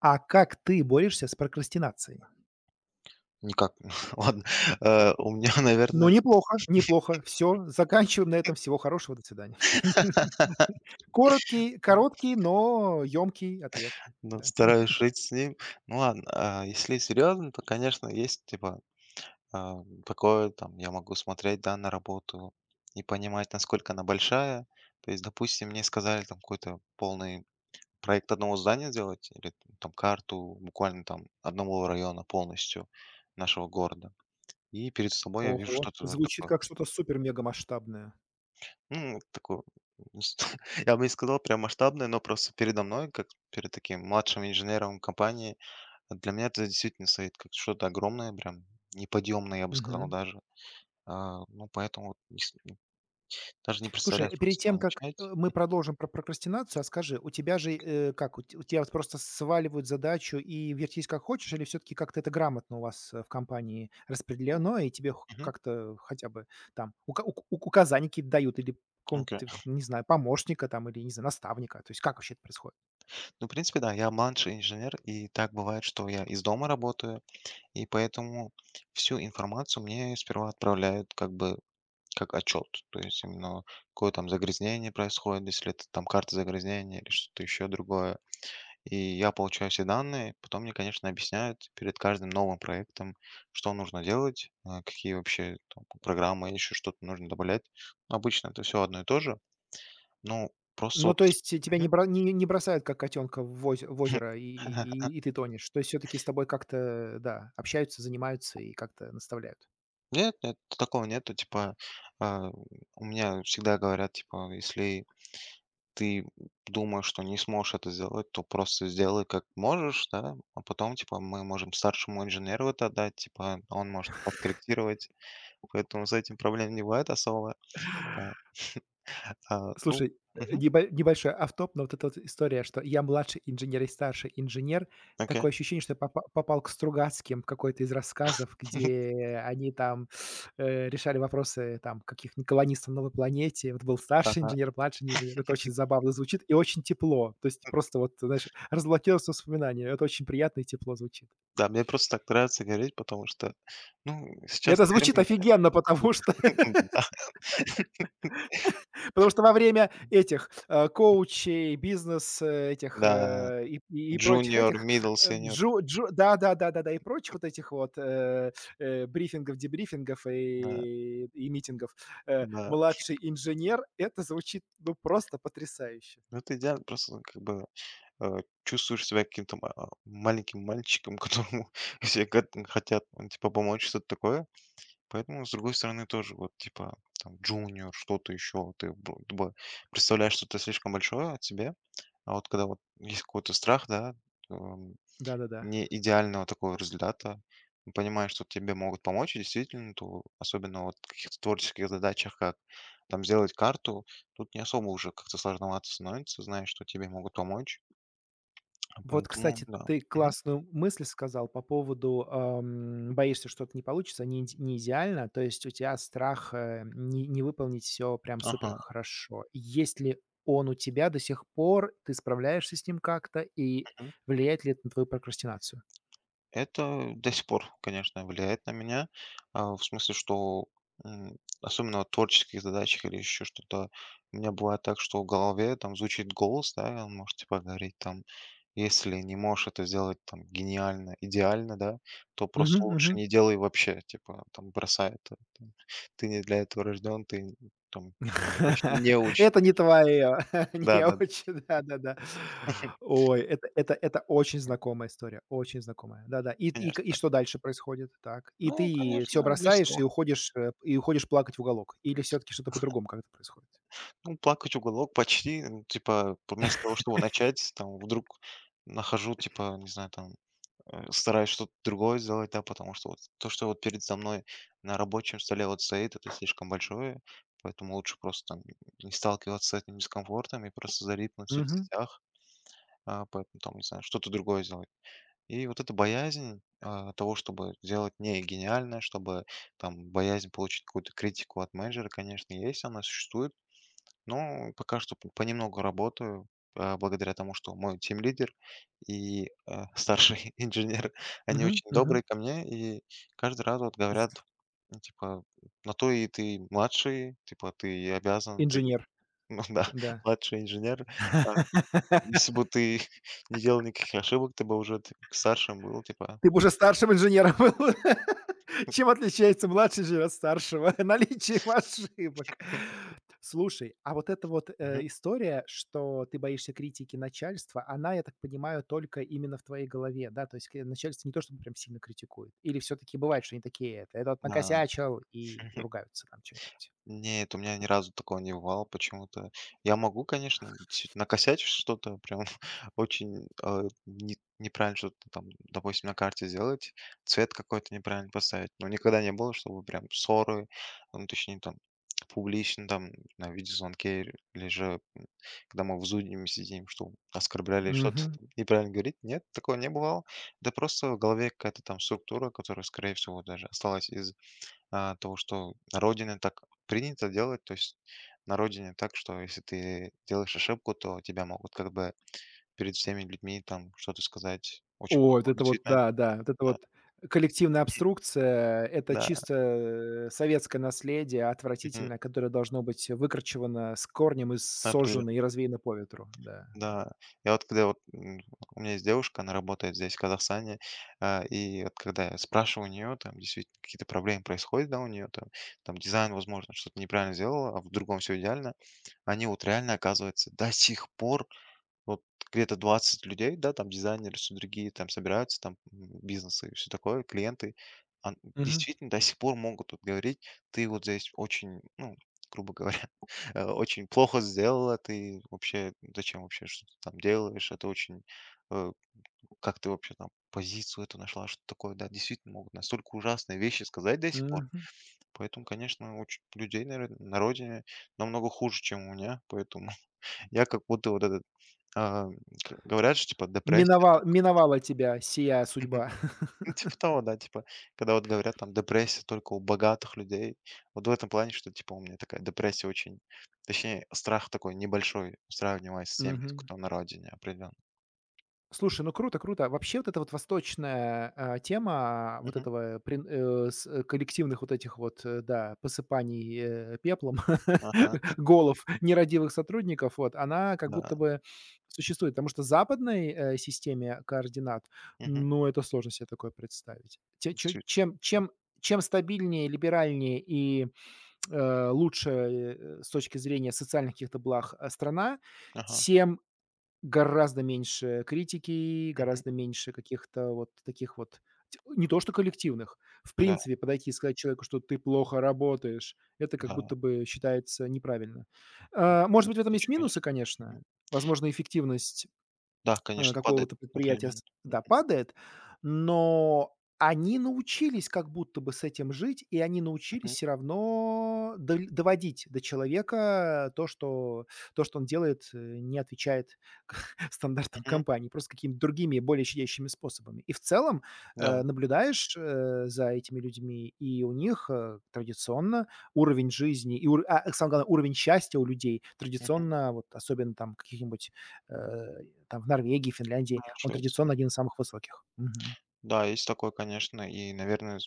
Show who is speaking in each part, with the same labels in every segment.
Speaker 1: А как ты борешься с прокрастинацией?
Speaker 2: Никак. Ладно. У меня,
Speaker 1: Ну,
Speaker 2: наверное,
Speaker 1: неплохо, неплохо. Все, заканчиваем на этом. Всего хорошего, до свидания. Короткий короткий, но ёмкий ответ.
Speaker 2: ну,
Speaker 1: Да.
Speaker 2: стараюсь жить с ним. Ну ладно, а если серьезно, то, конечно, есть типа а, такое, там, я могу смотреть, да, на работу и понимать, насколько она большая. То есть, допустим, мне сказали там какой-то полный проект одного здания сделать или там карту буквально там одного района полностью нашего города. И перед собой я вижу
Speaker 1: Ого,
Speaker 2: что-то вот
Speaker 1: звучит
Speaker 2: такое.
Speaker 1: как что-то супер мега масштабное.
Speaker 2: Ну, такое, не ст я бы не сказал прям масштабное, но просто передо мной, как перед таким младшим инженером компании, для меня это действительно стоит как что-то огромное, прям неподъемное, я бы сказал
Speaker 1: Мгм.
Speaker 2: даже. Ну, поэтому вот не с ну, даже не
Speaker 1: Слушай,
Speaker 2: представляю, что с
Speaker 1: перед
Speaker 2: чего
Speaker 1: тем, как,
Speaker 2: начать.
Speaker 1: мы продолжим про прокрастинацию, а скажи, у тебя же, как, у тебя вот просто сваливают задачу и вертись как хочешь, или все таки как-то это грамотно у вас, в компании распределено, и тебе хо
Speaker 2: Мгм.
Speaker 1: как-то хотя бы там ука ук ук указания какие-то дают или какого-нибудь,
Speaker 2: Окей.
Speaker 1: не знаю, помощника там или, не знаю, наставника? То есть как вообще это происходит?
Speaker 2: Ну, в принципе, да, я младший инженер, и так бывает, что я из дома работаю, и поэтому всю информацию мне сперва отправляют как бы. Как отчет? То есть именно какое там загрязнение происходит, если это там карта загрязнения или что-то еще другое. И я получаю все данные, потом мне, конечно, объясняют перед каждым новым проектом, что нужно делать, какие вообще там программы, еще что-то нужно добавлять. Обычно это все одно и то же, но просто
Speaker 1: Ну,
Speaker 2: вот.
Speaker 1: то есть тебя не
Speaker 2: Мгм.
Speaker 1: бро не не бросают, как котенка в озеро, и и и и ты тонешь. То есть все таки с тобой как-то, да, общаются, занимаются и как-то наставляют?
Speaker 2: Нет, нет, такого нету, типа, а, у меня всегда говорят, типа, если ты думаешь, что не сможешь это сделать, то просто сделай как можешь, да, а потом, типа, мы можем старшему инженеру это отдать, типа, он может подкорректировать, поэтому с этим проблем не бывает особо. А, ну,
Speaker 1: Слушай,
Speaker 2: мгм,
Speaker 1: небольшой офтоп, но вот эта вот история, что я младший инженер и старший инженер.
Speaker 2: окей.
Speaker 1: Такое ощущение, что я попал к Стругацким в какой-то из рассказов, где они там, решали вопросы там каких-нибудь колонистов на новой планете. Вот был старший
Speaker 2: Ага.
Speaker 1: инженер, младший инженер. Это очень забавно звучит и очень тепло. То есть просто вот, знаешь, разблокировалось воспоминание. Это очень приятно и тепло звучит.
Speaker 2: Да, мне просто так нравится говорить, потому что, ну,
Speaker 1: И
Speaker 2: сейчас
Speaker 1: это звучит
Speaker 2: термины, конечно.
Speaker 1: офигенно, потому что… Потому что во время этих, коучей, бизнес, этих,
Speaker 2: Да,
Speaker 1: и и
Speaker 2: да,
Speaker 1: и прочих
Speaker 2: junior,
Speaker 1: этих,
Speaker 2: middle, senior,
Speaker 1: джо джо да-да-да-да-да, и прочих вот этих вот, брифингов, дебрифингов
Speaker 2: да,
Speaker 1: и митингов,
Speaker 2: да.
Speaker 1: младший инженер - это звучит, ну, просто потрясающе.
Speaker 2: Ну, это идеально, просто как бы э, чувствуешь себя каким-то маленьким мальчиком, которому все гот хотят, ну, типа, помочь, что-то такое. Поэтому, с другой стороны, тоже вот, типа, там, джуниор, что-то еще, ты бу дба представляешь что-то слишком большое от тебе. А вот когда вот есть какой-то страх, да, эм,
Speaker 1: Да-да-да.
Speaker 2: не идеального такого результата, понимаешь, что тебе могут помочь, и действительно, то особенно вот в каких-то творческих задачах, как там сделать карту, тут не особо уже как-то сложновато становится, знаешь, что тебе могут помочь. А
Speaker 1: Вот,
Speaker 2: поэтому
Speaker 1: кстати,
Speaker 2: да.
Speaker 1: ты
Speaker 2: Мгм.
Speaker 1: классную мысль сказал по поводу, боишься, что-то не получится, не идеально. То есть у тебя страх, не выполнить все прям супер
Speaker 2: Ага,
Speaker 1: хорошо. Есть ли он у тебя до сих пор? Ты справляешься с ним как-то? И
Speaker 2: мгм.
Speaker 1: влияет ли это на твою прокрастинацию?
Speaker 2: Это до сих пор, конечно, влияет на меня. В смысле, что, м, особенно в творческих задачах или еще что-то, у меня бывает так, что в голове там звучит голос, да, и он может типа говорить там: "Если не можешь это сделать там гениально, идеально, да, то просто
Speaker 1: Мгм,
Speaker 2: лучше
Speaker 1: мгм.
Speaker 2: не делай вообще". Типа там бросай это, там. Ты не для этого рожден, ты там, ну, короче, неуч.
Speaker 1: Это не твое. Не
Speaker 2: Да-да-да.
Speaker 1: очень, да-да-да. Ой, это очень знакомая история, очень знакомая. Да-да. И
Speaker 2: Конечно.
Speaker 1: что дальше происходит? Так. И
Speaker 2: Ну,
Speaker 1: ты все
Speaker 2: конечно,
Speaker 1: бросаешь
Speaker 2: вместо.
Speaker 1: и уходишь плакать в уголок? Или все таки что-то по-другому как-то происходит?
Speaker 2: Ну, плакать уголок почти. Ну, типа, п вместо того, чтобы начать, там, вдруг нахожу, типа, не знаю, там, стараюсь что-то другое сделать, да, потому что вот то, что вот передо мной на рабочем столе вот стоит, это слишком большое, поэтому лучше просто там не сталкиваться с этим дискомфортом и просто залипнуть в
Speaker 1: Мгм,
Speaker 2: соцсетях, поэтому там, не знаю, что-то другое сделать. И вот эта боязнь, того, чтобы сделать не гениально, чтобы там боязнь получить какую-то критику от менеджера, конечно, есть, она существует, ну, пока что п понемногу работаю, благодаря тому, что мой тимлидер и, старший инженер, они
Speaker 1: мгм,
Speaker 2: очень
Speaker 1: мгм.
Speaker 2: добрые ко мне и каждый раз вот
Speaker 1: В
Speaker 2: говорят, ну, типа: "На то и ты младший, типа ты и обязан, ты,
Speaker 1: инженер,
Speaker 2: ну да,
Speaker 1: да.
Speaker 2: младший инженер. А, если бы ты не делал никаких ошибок, ты бы уже т старшим был", типа.
Speaker 1: Ты бы уже старшим инженером был. Чем отличается младший инженер от старшего? Наличием ошибок. Слушай, а вот эта вот,
Speaker 2: Мгм.
Speaker 1: история, что ты боишься критики начальства, она, я так понимаю, только именно в твоей голове, да? То есть к начальство не то чтобы прям сильно критикует. Или все таки бывает, что они такие: "Это этот
Speaker 2: Да.
Speaker 1: накосячил", и ругаются там что-нибудь?
Speaker 2: Нет, у меня ни разу такого не бывало почему-то. Я могу, конечно, действительно накосячить что-то, прям очень неправильно что-то там, допустим, на карте сделать, цвет какой-то неправильно поставить. Но никогда не было, чтобы прям ссоры, ну, точнее, там, публично, там, на видеозвонке или же, когда мы в зуме сидим, что оскорбляли, что-то там неправильно говорить. Нет, такого не бывало. Да просто в голове какая-то там структура, которая, скорее всего, даже осталась то, что на родине так принято делать. То есть на родине так, что если ты делаешь ошибку, то тебя могут как бы перед всеми людьми там что-то сказать. Очень
Speaker 1: О, вот
Speaker 2: плохо,
Speaker 1: это вот,
Speaker 2: действительно.
Speaker 1: да, да, вот это
Speaker 2: Да,
Speaker 1: вот коллективная обструкция - это
Speaker 2: да,
Speaker 1: чисто, советское наследие
Speaker 2: мгм,
Speaker 1: отвратительное, которое должно быть выкорчевано с корнем и сожжено,
Speaker 2: определенно,
Speaker 1: и развеяно по ветру. Да.
Speaker 2: да. Я вот когда вот, у меня есть девушка, она работает здесь, в Казахстане, и вот когда я спрашиваю у нее, там действительно какие-то проблемы происходят, да, у нее там, там дизайн, возможно, что-то неправильно сделала, а в другом все идеально, они вот реально, оказывается, до сих пор. Вот где-то 20 людей, да, там дизайнеры, все другие там собираются, там бизнесы и все такое, клиенты, а,
Speaker 1: Мгм,
Speaker 2: действительно до сих пор могут тут говорить, ты вот здесь очень, ну, грубо говоря, очень плохо сделала, ты вообще, зачем вообще что-то там делаешь, это очень, э, как ты вообще там позицию эту нашла, что такое, да, действительно могут настолько ужасные вещи сказать до сих пор.
Speaker 1: мгм.
Speaker 2: Поэтому, конечно, очень людей, наверно, на родине намного хуже, чем у меня, поэтому я как будто вот этот, а, к говорят, что типа депрессия только.
Speaker 1: Миновала тебя сия
Speaker 2: Мгм.
Speaker 1: судьба.
Speaker 2: Ну, типа того, да, типа, когда вот говорят там депрессия только у богатых людей. Вот в этом плане, что типа у меня такая депрессия очень, точнее, страх такой небольшой, сравнивая с теми,
Speaker 1: Мгм.
Speaker 2: кто на родине определенно.
Speaker 1: Слушай, ну круто, круто. Вообще вот эта вот восточная, тема, вот
Speaker 2: Мгм.
Speaker 1: этого прин э, с э, коллективных вот этих вот, да, посыпаний, пеплом,
Speaker 2: Ага,
Speaker 1: голов нерадивых сотрудников, вот, она как
Speaker 2: да.
Speaker 1: будто бы существует. Потому что в западной, системе координат,
Speaker 2: Мгм.
Speaker 1: ну, это сложно себе такое представить. Те чё
Speaker 2: Действительно.
Speaker 1: чем чем чем стабильнее, либеральнее и, лучше, с точки зрения социальных каких-то благ, страна,
Speaker 2: Ага.
Speaker 1: тем гораздо меньше критики,
Speaker 2: Мгм.
Speaker 1: гораздо меньше каких-то вот таких вот, ть не то что коллективных. В
Speaker 2: Да,
Speaker 1: принципе, подойти и сказать человеку, что ты плохо работаешь, это как
Speaker 2: да.
Speaker 1: будто бы считается неправильно. А, может
Speaker 2: Ну,
Speaker 1: быть, в этом есть
Speaker 2: тактично,
Speaker 1: минусы,
Speaker 2: конечно.
Speaker 1: конечно.
Speaker 2: Мгм.
Speaker 1: Возможно, эффективность,
Speaker 2: Да, конечно, падает
Speaker 1: какого-то предприятия
Speaker 2: определенно.
Speaker 1: с
Speaker 2: Мгм.
Speaker 1: да, падает, но они научились как будто бы с этим жить, и они научились
Speaker 2: Мгм.
Speaker 1: все равно доль доводить до человека то, что он делает, не отвечает стандартам компании, просто какими-то другими, более щадящими способами. И в целом,
Speaker 2: Да.
Speaker 1: наблюдаешь, за этими людьми, и у них, традиционно уровень жизни и самое главное, уровень счастья у людей
Speaker 2: Мгм.
Speaker 1: традиционно, вот особенно там в каких-нибудь, э там в Норвегии, Финляндии,
Speaker 2: Да,
Speaker 1: он традиционно
Speaker 2: Швеция.
Speaker 1: один из самых высоких. Мгм.
Speaker 2: Да, есть такое, конечно. И, наверное.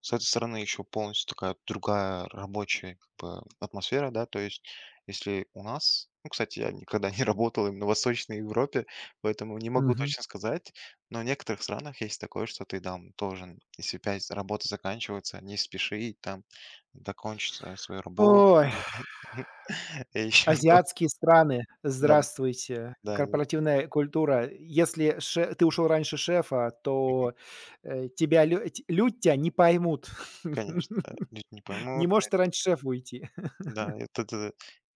Speaker 2: С этой стороны еще полностью такая другая рабочая как бы атмосфера, да, то есть если у нас, ну, кстати, я никогда не работал именно в Восточной Европе, поэтому не могу
Speaker 1: Мгм.
Speaker 2: точно сказать, но в некоторых странах есть такое, что ты там должен, если пять работа заканчивается, не спеши там закончить свою работу.
Speaker 1: Ой,
Speaker 2: И еще то,
Speaker 1: азиатские страны,
Speaker 2: да,
Speaker 1: здравствуйте.
Speaker 2: да, да, да,
Speaker 1: Корпоративная культура. Если ше ты ушел раньше шефа, то, тебя лю ть люди тя не поймут.
Speaker 2: конечно, да, люди не
Speaker 1: Не
Speaker 2: поймут,
Speaker 1: можешь ты раньше шефа уйти.
Speaker 2: да, это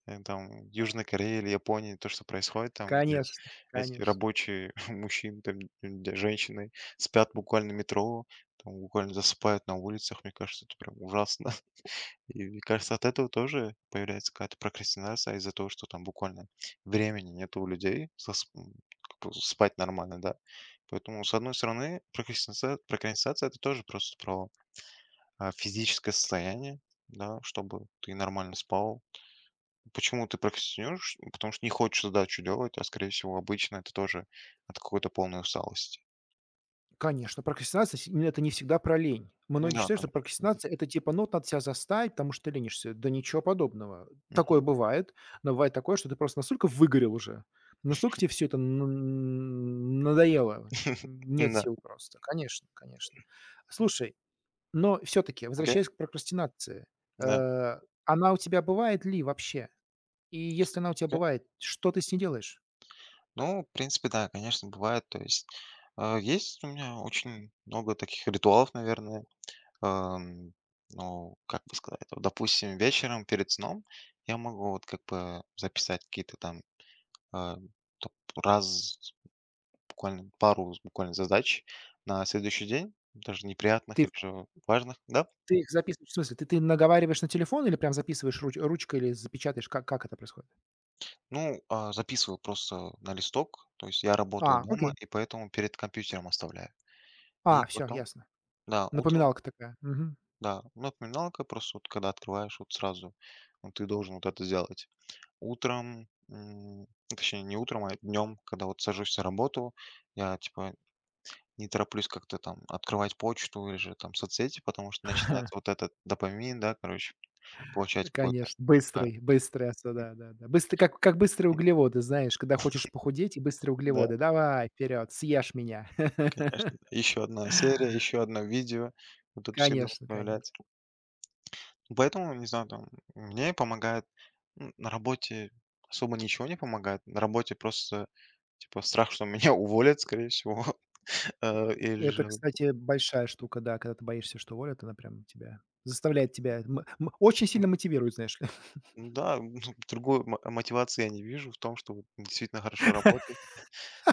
Speaker 2: там Южной Корее или Японии, то, что происходит там, где
Speaker 1: Конечно,
Speaker 2: эти
Speaker 1: конечно.
Speaker 2: рабочие мужчины, там, женщины спят буквально в метро, там буквально засыпают на улицах, мне кажется, это прям ужасно. И мне кажется, от этого тоже появляется какая-то прокрастинация из-за того, что там буквально времени нет у людей как бы спать нормально, да. Поэтому, с одной стороны, прокрастинация это тоже просто про физическое состояние, да, чтобы ты нормально спал. Почему ты прокрастинируешь? Потому что не хочешь задачу делать, а, скорее всего, обычно это тоже от какой-то полной усталости.
Speaker 1: Конечно, прокрастинация с это не всегда про лень. Многие
Speaker 2: Да,
Speaker 1: считают, что
Speaker 2: конечно.
Speaker 1: прокрастинация - это типа, ну, вот надо себя заставить, потому что ты ленишься. Да ничего подобного. Такое
Speaker 2: Мгм.
Speaker 1: бывает, но бывает такое, что ты просто настолько выгорел уже, настолько тебе все это н надоело, нет
Speaker 2: Да.
Speaker 1: сил просто. Конечно, конечно. Слушай, но все таки
Speaker 2: Окей.
Speaker 1: возвращаясь к прокрастинации,
Speaker 2: Да.
Speaker 1: э, она у тебя бывает ли вообще? И если она у тебя
Speaker 2: Окей.
Speaker 1: бывает, что ты с ней делаешь?
Speaker 2: Ну, в принципе, да, конечно, бывает. То есть есть у меня очень много таких ритуалов, наверное. Эм, Ну, как бы сказать, вот, допустим, вечером перед сном я могу вот как бы записать какие-то там э, топ- раз буквально пару буквально задач на следующий день, даже неприятных
Speaker 1: Ты
Speaker 2: или же важных, да.
Speaker 1: их записываешь, в смысле, ты наговариваешь на телефон или прям записываешь ручкой или запечатаешь? Как это происходит?
Speaker 2: Ну, записываю просто на листок, то есть я работаю
Speaker 1: А,
Speaker 2: дома,
Speaker 1: окей.
Speaker 2: и поэтому перед компьютером оставляю.
Speaker 1: А,
Speaker 2: И
Speaker 1: всё,
Speaker 2: потом,
Speaker 1: ясно.
Speaker 2: да, утром,
Speaker 1: Напоминалка такая. Мгм.
Speaker 2: да, напоминалка просто вот когда открываешь, вот сразу ну, ты должен вот это сделать. Утром, точнее не утром, а днем, когда вот сажусь на работу, я типа не тороплюсь как-то там открывать почту или же там соцсети, потому что начинается вот этот допамин, да, короче, получать какой-то
Speaker 1: Конечно,
Speaker 2: а,
Speaker 1: быстрый, быстрый, осо да, да-да. Быстро, как быстрые углеводы, знаешь, когда хочешь похудеть и быстрые
Speaker 2: да,
Speaker 1: углеводы. Давай, вперед, съешь меня.
Speaker 2: конечно, да. Еще одна серия, еще одно видео. Вот тут всегда вот
Speaker 1: Конечно, конечно.
Speaker 2: появляется. Поэтому, не знаю, там, мне помогает на работе особо ничего не помогает. На работе просто, типа, страх, что меня уволят, скорее всего. Или
Speaker 1: Это,
Speaker 2: же,
Speaker 1: кстати, большая штука, да, когда ты боишься, что уволят, она прям тебя заставляет тебя очень сильно мотивирует, знаешь, ли.
Speaker 2: да, другой мо мотивации я не вижу в том, что вот действительно хорошо работать.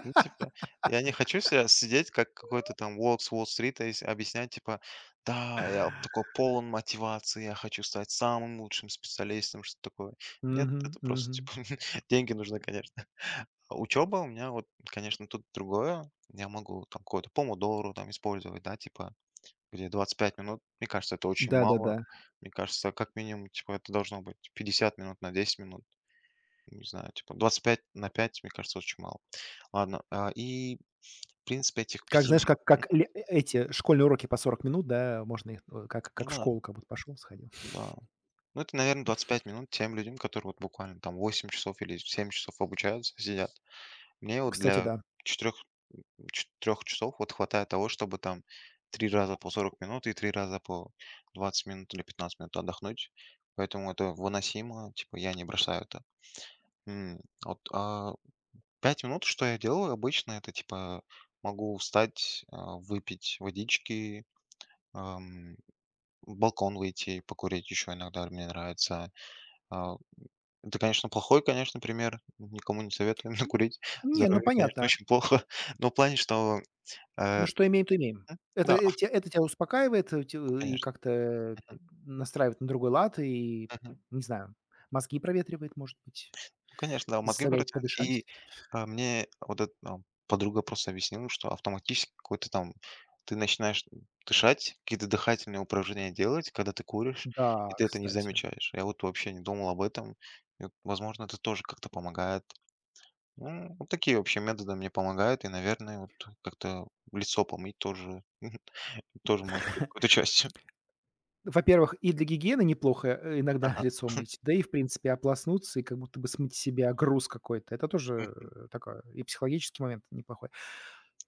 Speaker 2: Ну, типа, я не хочу себя сидеть, как какой-то там волк с Уолл-стрита, и с объяснять, типа: "Да, я вот такой полон мотивации, я хочу стать самым лучшим специалистом", что-то такое. Нет,
Speaker 1: Мгм,
Speaker 2: это просто,
Speaker 1: мгм.
Speaker 2: типа, деньги нужны, конечно. А учеба у меня вот, конечно, тут другое. Я могу там какой-то помодоро там использовать, да, типа, где 25 минут. Мне кажется, это очень мало.
Speaker 1: Да-да-да.
Speaker 2: Мне кажется, как минимум, типа, это должно быть 50 минут на 10 минут. Не знаю, типа, 25 на 5 мне кажется, очень мало. Ладно, и в принципе, этих
Speaker 1: Как,
Speaker 2: пяти
Speaker 1: знаешь,
Speaker 2: минут
Speaker 1: как
Speaker 2: Мгм.
Speaker 1: ле э эти школьные уроки по 40 минут, да, можно их, как
Speaker 2: Ну
Speaker 1: как в
Speaker 2: да,
Speaker 1: школу как будто пошел, сходил.
Speaker 2: да. Ну, это, наверное 25 минут тем людям, которые вот буквально там 8 часов или 7 часов обучаются, сидят. Мне вот
Speaker 1: Кстати,
Speaker 2: для
Speaker 1: да.
Speaker 2: 4, 4 часов вот хватает того, чтобы там 3 раза по 40 минут и 3 раза по 20 минут или 15 минут отдохнуть. Поэтому это выносимо, типа я не бросаю это. М, вот, 5 минут, что я делаю обычно, это типа могу встать, выпить водички, ам, в балкон выйти и покурить еще иногда мне нравится. А, это, конечно, плохой, конечно, пример. Никому не советуем курить.
Speaker 1: Не, ну
Speaker 2: Здоровье конечно,
Speaker 1: понятно.
Speaker 2: очень плохо. Но в плане, что,
Speaker 1: Ну,
Speaker 2: э,
Speaker 1: что имеем, то имеем.
Speaker 2: м,
Speaker 1: Это
Speaker 2: да,
Speaker 1: э
Speaker 2: ав
Speaker 1: те это тебя успокаивает, и
Speaker 2: конечно.
Speaker 1: как-то,
Speaker 2: Мгм,
Speaker 1: настраивает на другой лад, и,
Speaker 2: мгм.
Speaker 1: не знаю, мозги проветривает, может быть,
Speaker 2: Ну, конечно, да, мозги
Speaker 1: заставляет
Speaker 2: вырастают.
Speaker 1: подышать.
Speaker 2: И, мне вот эта, подруга просто объяснила, что автоматически какой-то там ты начинаешь дышать, какие-то дыхательные упражнения делать, когда ты куришь, и
Speaker 1: Да,
Speaker 2: ты это не
Speaker 1: кстати.
Speaker 2: замечаешь. Я вот вообще не думал об этом. И вот, возможно, это тоже как-то помогает. Ну, вот такие вообще методы мне помогают. И, наверное, вот как-то лицо помыть тоже тоже может быть какой-то частью.
Speaker 1: Во-первых, и для гигиены неплохо, иногда
Speaker 2: Ага.
Speaker 1: лицо мыть, да и, в принципе, ополоснуться и как будто бы смыть с себя груз какой-то. Это тоже,
Speaker 2: М,
Speaker 1: такое и психологический момент неплохой.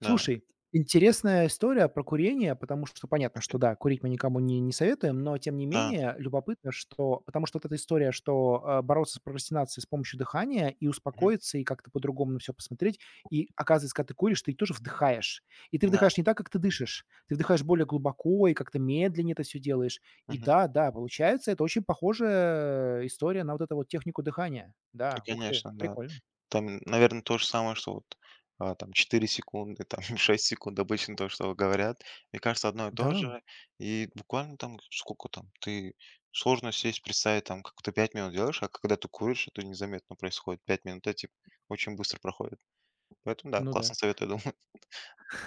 Speaker 2: да,
Speaker 1: интересная история про курение, потому что понятно, что
Speaker 2: окей.
Speaker 1: да, курить мы никому не советуем, но тем не
Speaker 2: Да.
Speaker 1: менее любопытно, что. Потому что вот эта история, что, бороться с прокрастинацией с помощью дыхания и
Speaker 2: Мгм.
Speaker 1: успокоиться, и как-то по-другому на все посмотреть. И оказывается, когда ты куришь, ты тоже вдыхаешь. И ты
Speaker 2: Да.
Speaker 1: вдыхаешь не так, как ты дышишь. Ты вдыхаешь более глубоко и как-то медленнее это все делаешь. И
Speaker 2: Мгм.
Speaker 1: да, да, получается, это очень похожая, история на вот эту вот технику дыхания.
Speaker 2: Ну,
Speaker 1: Да, ух ты,
Speaker 2: конечно, да.
Speaker 1: прикольно.
Speaker 2: Там, наверное, то же самое, что вот, там 4 секунды, там 6 секунд обычно то, что говорят. Мне кажется, одно и
Speaker 1: Да,
Speaker 2: то же. И буквально там сколько там ты сложно сесть, представить, там, как ты 5 минут делаешь, а когда ты куришь, это незаметно происходит. 5 минут эти очень быстро проходят. Поэтому да,
Speaker 1: ну да.
Speaker 2: классный совет, я думаю.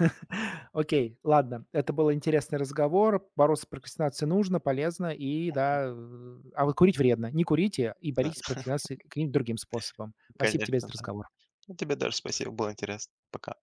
Speaker 1: Окей, ладно. Это был интересный разговор. Бороться с прокрастинацией нужно, полезно и да, а вот курить вредно. Не курите и
Speaker 2: Да.
Speaker 1: боритесь с прокрастинацией каким-нибудь другим способом. Спасибо тебе
Speaker 2: Конечно,
Speaker 1: за
Speaker 2: да.
Speaker 1: разговор.
Speaker 2: Ну, тебе даже спасибо, было интересно. Пока.